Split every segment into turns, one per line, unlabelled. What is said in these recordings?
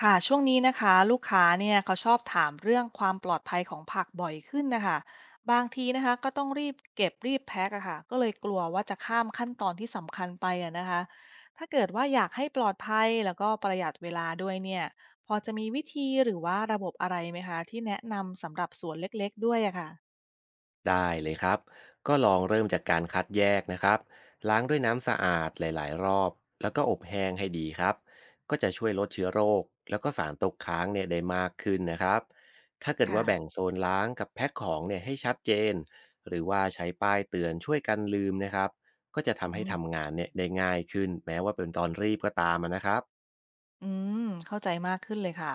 ค่ะช่วงนี้นะคะลูกค้าเนี่ยเขาชอบถามเรื่องความปลอดภัยของผักบ่อยขึ้นนะคะบางทีนะคะก็ต้องรีบเก็บรีบแพ็คอะค่ะก็เลยกลัวว่าจะข้ามขั้นตอนที่สำคัญไปอะนะคะถ้าเกิดว่าอยากให้ปลอดภัยแล้วก็ประหยัดเวลาด้วยเนี่ยพอจะมีวิธีหรือว่าระบบอะไรไหมคะที่แนะนำสำหรับสวนเล็กๆด้วยอะค่ะ
ได้เลยครับ ก็ลองเริ่มจากการคัดแยกนะครับล้างด้วยน้ำสะอาดหลายๆรอบ แล้วก็อบแห้งให้ดีครับ ก็จะช่วยลดเชื้อโรคแล้วก็สารตกค้างเนี่ยได้มากขึ้นนะครับถ้าเกิดว่าแบ่ง
ค่ะ
โซนล้างกับแพ็คของเนี่ยให้ชัดเจนหรือว่าใช้ป้ายเตือนช่วยกันลืมนะครับก็จะ
อื
ทำให้
ม
ทำงานเนี่ยได้ง่ายขึ้นแม้ว่าเป็นตอนรีบก็ตามอะนะครับ
อืม เข้าใจมากขึ้นเลยค่ะ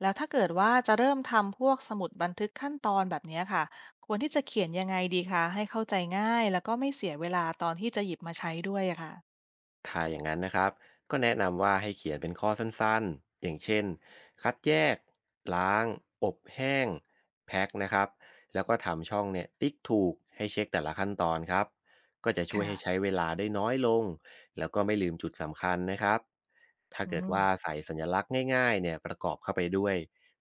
แล้วถ้าเกิดว่าจะเริ่มทำพวกสมุดบันทึกขั้นตอนแบบเนี้ยค่ะ ควรที่จะเขียนยังไงดีคะให้เข้าใจง่ายแล้วก็ไม่เสียเวลาตอนที่จะหยิบมาใช้ด้วยอะค่ะ
ถ้าอย่างนั้นนะครับก็แนะนำว่าให้เขียนเป็นข้อสั้นๆอย่างเช่นคัดแยกล้างอบแห้งแพ็คนะครับแล้วก็ทำช่องเนี่ยติ๊กถูกให้เช็คแต่ละขั้นตอนครับก็จะช่วย
ค่ะ
ให้ใช้เวลาได้น้อยลงแล้วก็ไม่ลืมจุดสำคัญนะครับถ้า
อื
เกิด
ม
ว่าใส่สัญลักษณ์ง่ายๆเนี่ยประกอบเข้าไปด้วย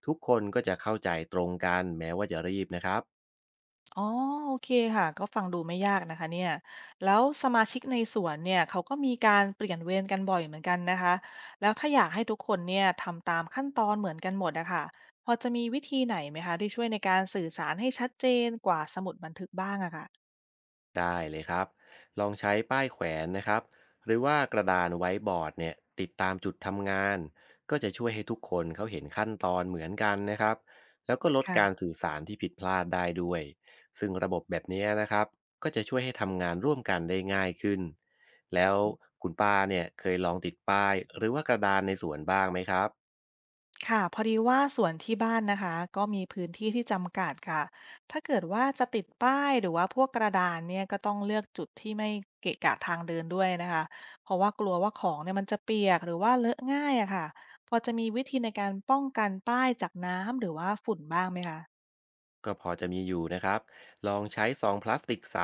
ทุกคนก็จะเข้าใจตรงกันแม้ว่าจะรีบนะครับ
อ๋อโอเคค่ะ ก็ฟังดูไม่ยากนะคะเนี่ยแล้วสมาชิกในสวนเนี่ยเขาก็มีการเปลี่ยนเวรกันบ่อยเหมือนกันนะคะแล้วถ้าอยากให้ทุกคนเนี่ยทำตามขั้นตอนเหมือนกันหมดอะค่ะพอจะมีวิธีไหนไหมคะที่ช่วยในการสื่อสารให้ชัดเจนกว่าสมุดบันทึกบ้างอะค่ะ
ได้เลยครับลองใช้ป้ายแขวนนะครับหรือว่ากระดานไว้บอร์ดเนี่ยติดตามจุดทำงาน ก็จะช่วยให้ทุกคนเขาเห็นขั้นตอนเหมือนกันนะครับ แล้วก็ลดการ
ค่ะ
สื่อสารที่ผิดพลาดได้ด้วย ซึ่งระบบแบบนี้นะครับ ก็จะช่วยให้ทำงานร่วมกันได้ง่ายขึ้นแล้วคุณป้าเนี่ยเคยลองติดป้ายหรือว่ากระดานในสวนบ้างไหมครับ
ค่ะพอดีว่าสวนที่บ้านนะคะก็มีพื้นที่ที่จำกัดค่ะถ้าเกิดว่าจะติดป้ายหรือว่าพวกกระดานเนี่ยก็ต้องเลือกจุดที่ไม่เกะกะทางเดินด้วยนะคะเพราะว่ากลัวว่าของเนี่ยมันจะเปียกหรือว่าเลอะง่ายอะค่ะพอจะมีวิธีในการป้องกันป้ายจากน้ำหรือว่าฝุ่นบ้างไหมคะ
ก็พอจะมีอยู่นะครับ ลองใช้ซองพลาสติกใส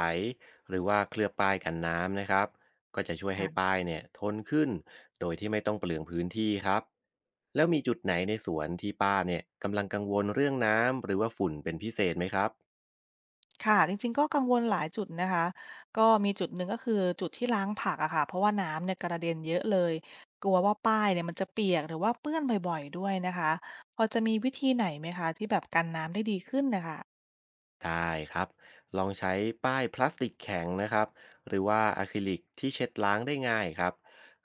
หรือว่าเคลือบป้ายกันน้ำนะครับ ก็จะช่วยให้
ค่ะ
ป้ายเนี่ยทนขึ้นโดยที่ไม่ต้องเปลืองพื้นที่ครับ แล้วมีจุดไหนในสวนที่ป้าเนี่ยกำลังกังวลเรื่องน้ำหรือว่าฝุ่นเป็นพิเศษไหมครับ
ค่ะจริงๆก็กังวลหลายจุดนะคะก็มีจุดหนึ่งก็คือจุดที่ล้างผักอะค่ะเพราะว่าน้ำเนี่ยกระเด็นเยอะเลยกลัวว่าป้ายเนี่ยมันจะเปียกหรือว่าเปื้อนบ่อยๆด้วยนะคะพอจะมีวิธีไหนไหมคะที่แบบกันน้ำได้ดีขึ้นน่ะค่ะ
ได้ครับลองใช้ป้ายพลาสติกแข็งนะครับหรือว่าอะคริลิกที่เช็ดล้างได้ง่ายครับ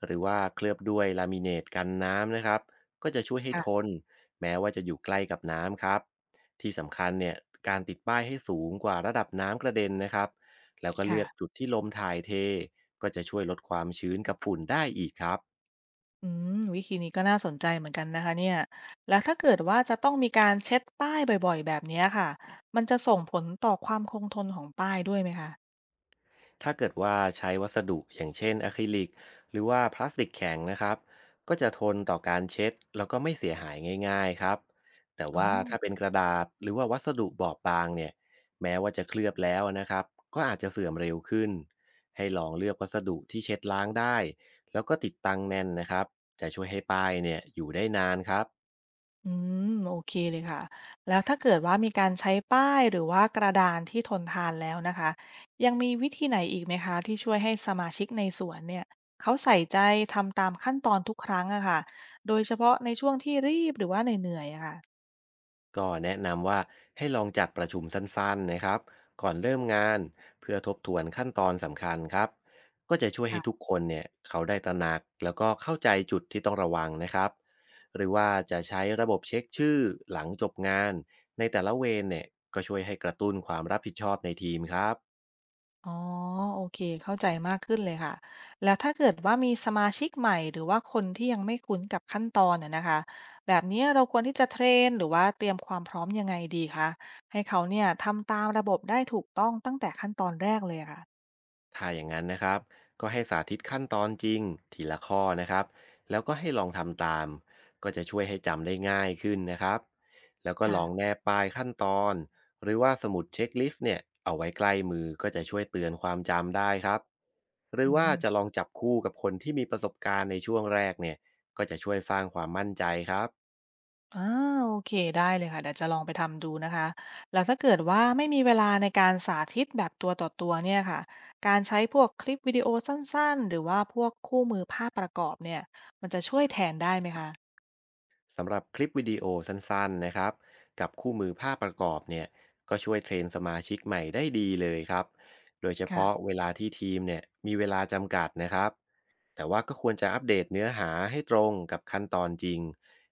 หรือว่าเคลือบด้วยลามิเนตกันน้ำนะครับก็จะช่วยให้ท
ค่ะ
นแม้ว่าจะอยู่ใกล้กับน้ำครับที่สำคัญเนี่ยการติดป้ายให้สูงกว่าระดับน้ำกระเด็นนะครับแล้วก็เลือก
ค่ะ
จุดที่ลมถ่ายเทก็จะช่วยลดความชื้นกับฝุ่นได้อีกครับ
อืมวิธีนี้ก็น่าสนใจเหมือนกันนะคะเนี่ยแล้วถ้าเกิดว่าจะต้องมีการเช็ดป้ายบ่อยๆแบบเนี้ยค่ะมันจะส่งผลต่อความคงทนของป้ายด้วยไหมคะ
ถ้าเกิดว่าใช้วัสดุอย่างเช่นอะคริลิกหรือว่าพลาสติกแข็งนะครับก็จะทนต่อการเช็ดแล้วก็ไม่เสียหายง่ายๆครับแต่
อ๋อ
ว่าถ้าเป็นกระดาษหรือว่าวัสดุบอบบางเนี่ยแม้ว่าจะเคลือบแล้วนะครับก็อาจจะเสื่อมเร็วขึ้นให้ลองเลือกวัสดุที่เช็ดล้างได้แล้วก็ติดตั้งแน่นนะครับจะช่วยให้ป้ายเนี่ยอยู่ได้นานครับ
อืมโอเคเลยค่ะแล้วถ้าเกิดว่ามีการใช้ป้ายหรือว่ากระดานที่ทนทานแล้วนะคะยังมีวิธีไหนอีกไหมคะที่ช่วยให้สมาชิกในสวนเนี่ยเขาใส่ใจทำตามขั้นตอนทุกครั้งอะค่ะโดยเฉพาะในช่วงที่รีบหรือว่าเหนื่อยๆอะค่ะ
ก็แนะนำว่าให้ลองจัดประชุมสั้นๆนะครับก่อนเริ่มงานเพื่อทบทวนขั้นตอนสำคัญครับก็จะช่วยให้ทุกคนเนี่ยเขาได้ตระหนักแล้วก็เข้าใจจุดที่ต้องระวังนะครับหรือว่าจะใช้ระบบเช็คชื่อหลังจบงานในแต่ละเวรเนี่ยก็ช่วยให้กระตุ้นความรับผิดชอบในทีมครับ
อ๋อโอเคเข้าใจมากขึ้นเลยค่ะแล้วถ้าเกิดว่ามีสมาชิกใหม่หรือว่าคนที่ยังไม่คุ้นกับขั้นตอนน่ะนะคะแบบนี้เราควรที่จะเทรนหรือว่าเตรียมความพร้อมยังไงดีคะให้เขาเนี่ยทำตามระบบได้ถูกต้องตั้งแต่ขั้นตอนแรกเลยอะค่ะ
ถ้าอย่างนั้นนะครับก็ให้สาธิตขั้นตอนจริงทีละข้อนะครับแล้วก็ให้ลองทำตามก็จะช่วยให้จำได้ง่ายขึ้นนะครับแล้วก็ลองแน
ค่ะ
บป้ายขั้นตอนหรือว่าสมุดเช็คลิสต์เนี่ยเอาไว้ใกล้มือก็จะช่วยเตือนความจำได้ครับหรื
อื
อว่า
ม
จะลองจับคู่กับคนที่มีประสบการณ์ในช่วงแรกเนี่ยก็จะช่วยสร้างความมั่นใจครับ
อ่าโอเคได้เลยค่ะเดี๋ยวจะลองไปทำดูนะคะแล้วถ้าเกิดว่าไม่มีเวลาในการสาธิตแบบตัวต่อตัวเนี่ยค่ะการใช้พวกคลิปวิดีโอสั้นๆหรือว่าพวกคู่มือภาพประกอบเนี่ยมันจะช่วยแทนได้ไหมคะ
สำหรับคลิปวิดีโอสั้นๆนะครับกับคู่มือภาพประกอบเนี่ยก็ช่วยเทรนสมาชิกใหม่ได้ดีเลยครับโดยเฉพาะ
ค่ะ
เวลาที่ทีมเนี่ยมีเวลาจำกัดนะครับแต่ว่าก็ควรจะอัปเดตเนื้อหาให้ตรงกับขั้นตอนจริง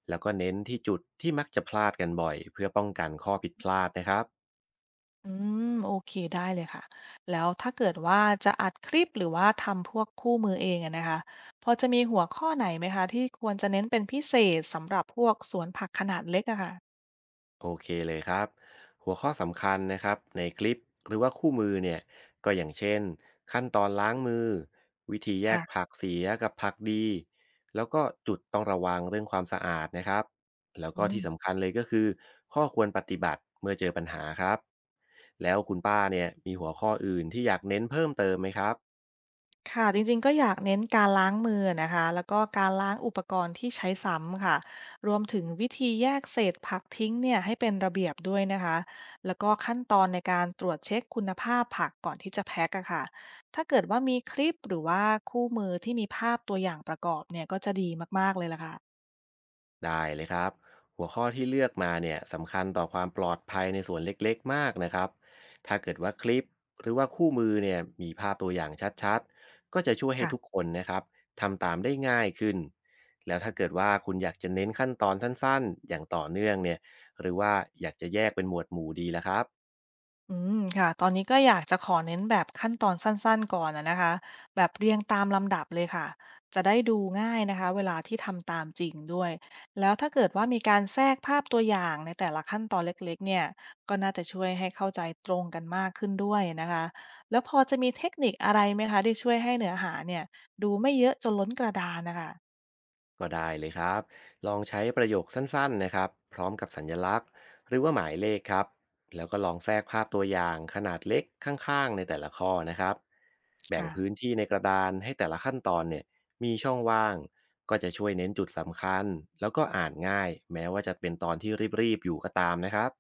แล้วก็เน้นที่จุดที่มักจะพลาดกันบ่อยเพื่อป้องกันข้อผิดพลาดนะครับ
อืมโอเคได้เลยค่ะ แล้วถ้าเกิดว่าจะอัดคลิปหรือว่าทำพวกคู่มือเองอะนะคะ พอจะมีหัวข้อไหนไหมคะที่ควรจะเน้นเป็นพิเศษสำหรับพวกสวนผักขนาดเล็กอะค่ะ
โอเคเลยครับหัวข้อสำคัญนะครับในคลิปหรือว่าคู่มือเนี่ยก็อย่างเช่นขั้นตอนล้างมือวิธีแยก
ค่ะ
ผักเสียกับผักดีแล้วก็จุดต้องระวังเรื่องความสะอาดนะครับแล้ว
อื
ก็ที่
ม
สำคัญเลยก็คือข้อควรปฏิบัติเมื่อเจอปัญหาครับแล้วคุณป้าเนี่ยมีหัวข้ออื่นที่อยากเน้นเพิ่มเติมไหมครับ
ค่ะจริงๆก็อยากเน้นการล้างมือนะคะแล้วก็การล้างอุปกรณ์ที่ใช้ซ้ำค่ะรวมถึงวิธีแยกเศษผักทิ้งเนี่ยให้เป็นระเบียบด้วยนะคะแล้วก็ขั้นตอนในการตรวจเช็คคุณภาพผักก่อนที่จะแพ็คอะค่ะถ้าเกิดว่ามีคลิปหรือว่าคู่มือที่มีภาพตัวอย่างประกอบเนี่ยก็จะดีมากๆเลยล่ะค่
ได้เลยครับหัวข้อที่เลือกมาเนี่ยสำคัญต่อความปลอดภัยในส่วนเล็กๆมากนะครับถ้าเกิดว่าคลิปหรือว่าคู่มือเนี่ยมีภาพตัวอย่างชัดๆก็จะช่วยให้
ะ
ทุกคนนะครับทำตามได้ง่ายขึ้นแล้วถ้าเกิดว่าคุณอยากจะเน้นขั้นตอนสั้นๆอย่างต่อเนื่องเนี่ยหรือว่าอยากจะแยกเป็นหมวดหมู่ดีละครับ
อืมค่ะตอนนี้ก็อยากจะขอเน้นแบบขั้นตอนสั้นๆก่อนอะนะคะแบบเรียงตามลำดับเลยค่ะจะได้ดูง่ายนะคะเวลาที่ทำตามจริงด้วยแล้วถ้าเกิดว่ามีการแทรกภาพตัวอย่างในแต่ละขั้นตอนเล็กๆเนี่ยก็น่าจะช่วยให้เข้าใจตรงกันมากขึ้นด้วยนะคะแล้วพอจะมีเทคนิคอะไรไหมคะที่ช่วยให้เนื้อหาเนี่ยดูไม่เยอะจนล้นกระดานนะค
ก็ได้เลยครับลองใช้ประโยคสั้นๆนะครับพร้อมกับสัญลักษณ์หรือว่าหมายเลขครับแล้วก็ลองแทรกภาพตัวอย่างขนาดเล็กข้างๆในแต่ละข้อนะครับ แบ่ง
ะ
พื้นที่ในกระดานให้แต่ละขั้นตอนเนี่ยมีช่องว่างก็จะช่วยเน้นจุดสำคัญแล้วก็อ่านง่ายแม้ว่าจะเป็นตอนที่รีบๆอยู่ก็ตามนะครับ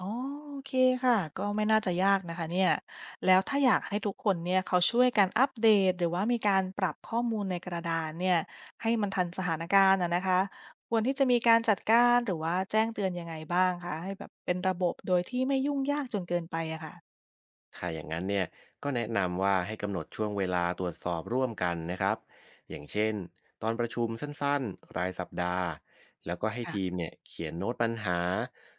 อ๋อโอเคค่ะก็ไม่น่าจะยากนะคะเนี่ยแล้วถ้าอยากให้ทุกคนเนี่ยเขาช่วยกันอัปเดตหรือว่ามีการปรับข้อมูลในกระดานเนี่ยให้มันทันสถานการณ์อะนะคะควรที่จะมีการจัดการหรือว่าแจ้งเตือนยังไงบ้างคะให้แบบเป็นระบบโดยที่ไม่ยุ่งยากจนเกินไปอะค่ะ
ถ้าอย่างนั้นเนี่ยก็แนะนำว่าให้กำหนดช่วงเวลาตรวจสอบร่วมกันนะครับอย่างเช่นตอนประชุมสั้นๆรายสัปดาห์แล้วก็ให้ทีม
ค่ะ
เนี่ยเขียนโน้ตปัญหา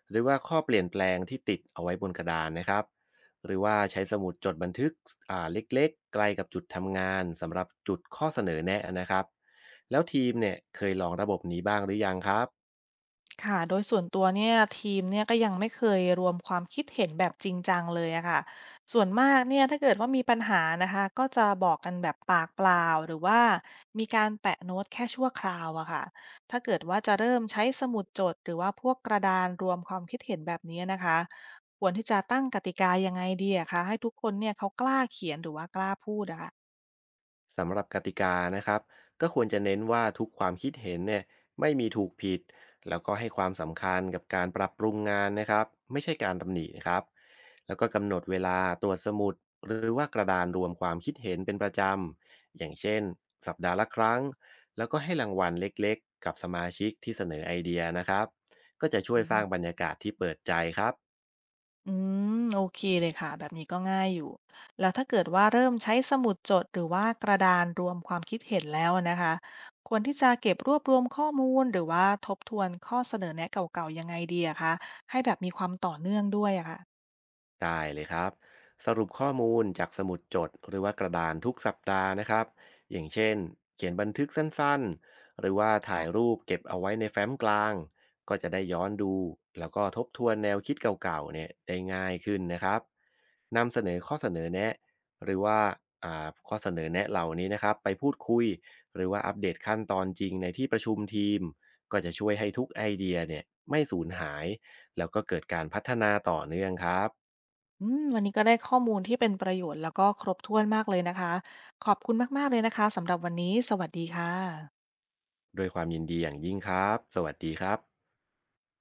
หรือว่าข้อเปลี่ยนแปลงที่ติดเอาไว้บนกระดานนะครับหรือว่าใช้สมุดจดบันทึกเล็กๆใกล้กับจุดทำงานสำหรับจุดข้อเสนอแนะนะครับแล้วทีมเนี่ยเคยลองระบบนี้บ้างหรือยังครับ
ค่ะโดยส่วนตัวเนี่ยทีมเนี่ยก็ยังไม่เคยรวมความคิดเห็นแบบจริงจังเลยอะค่ะส่วนมากเนี่ยถ้าเกิดว่ามีปัญหานะคะก็จะบอกกันแบบปากเปล่าหรือว่ามีการแปะโน้ตแค่ชั่วคราวอะค่ะถ้าเกิดว่าจะเริ่มใช้สมุดจดหรือว่าพวกกระดานรวมความคิดเห็นแบบนี้นะคะควรที่จะตั้งกติกายังไงดีอะคะให้ทุกคนเนี่ยเขากล้าเขียนหรือว่ากล้าพูดอะค่ะ
สำหรับกติกานะครับก็ควรจะเน้นว่าทุกความคิดเห็นเนี่ยไม่มีถูกผิดแล้วก็ให้ความสำคัญกับการปรับปรุงงานนะครับไม่ใช่การตำหนินะครับแล้วก็กำหนดเวลาตรวจสมุดหรือว่ากระดานรวมความคิดเห็นเป็นประจำอย่างเช่นสัปดาห์ละครั้งแล้วก็ให้รางวัลเล็กๆกับสมาชิกที่เสนอไอเดียนะครับก็จะช่วยสร้างบรรยากาศที่เปิดใจครับ
อืมโอเคเลยค่ะแบบนี้ก็ง่ายอยู่แล้วถ้าเกิดว่าเริ่มใช้สมุดจดหรือว่ากระดานรวมความคิดเห็นแล้วนะคะควรที่จะเก็บรวบรวมข้อมูลหรือว่าทบทวนข้อเสนอแนะเก่าๆยังไงดีอะคะให้แบบมีความต่อเนื่องด้วยอะค่ะ
ได้เลยครับสรุปข้อมูลจากสมุดจดหรือว่ากระดานทุกสัปดาห์นะครับอย่างเช่นเขียนบันทึกสั้นๆหรือว่าถ่า
ค่ะ
ยรูปเก็บเอาไว้ในแฟ้มกลางก็จะได้ย้อนดูแล้วก็ทบทวนแนวคิดเก่าๆเนี่ยได้ง่ายขึ้นนะครับนำเสนอข้อเสนอแนะหรือว่าข้อเสนอแนะเหล่านี้นะครับไปพูดคุยหรือว่าอัปเดตขั้นตอนจริงในที่ประชุมทีมก็จะช่วยให้ทุกไอเดียเนี่ยไม่สูญหายแล้วก็เกิดการพัฒนาต่อเนื่องครับ
อืมวันนี้ก็ได้ข้อมูลที่เป็นประโยชน์แล้วก็ครบถ้วนมากเลยนะคะขอบคุณมากๆเลยนะคะสำหรับวันนี้สวัสดีค่ะ
ด้วยความยินดีอย่างยิ่งครับ สวัสดีครับ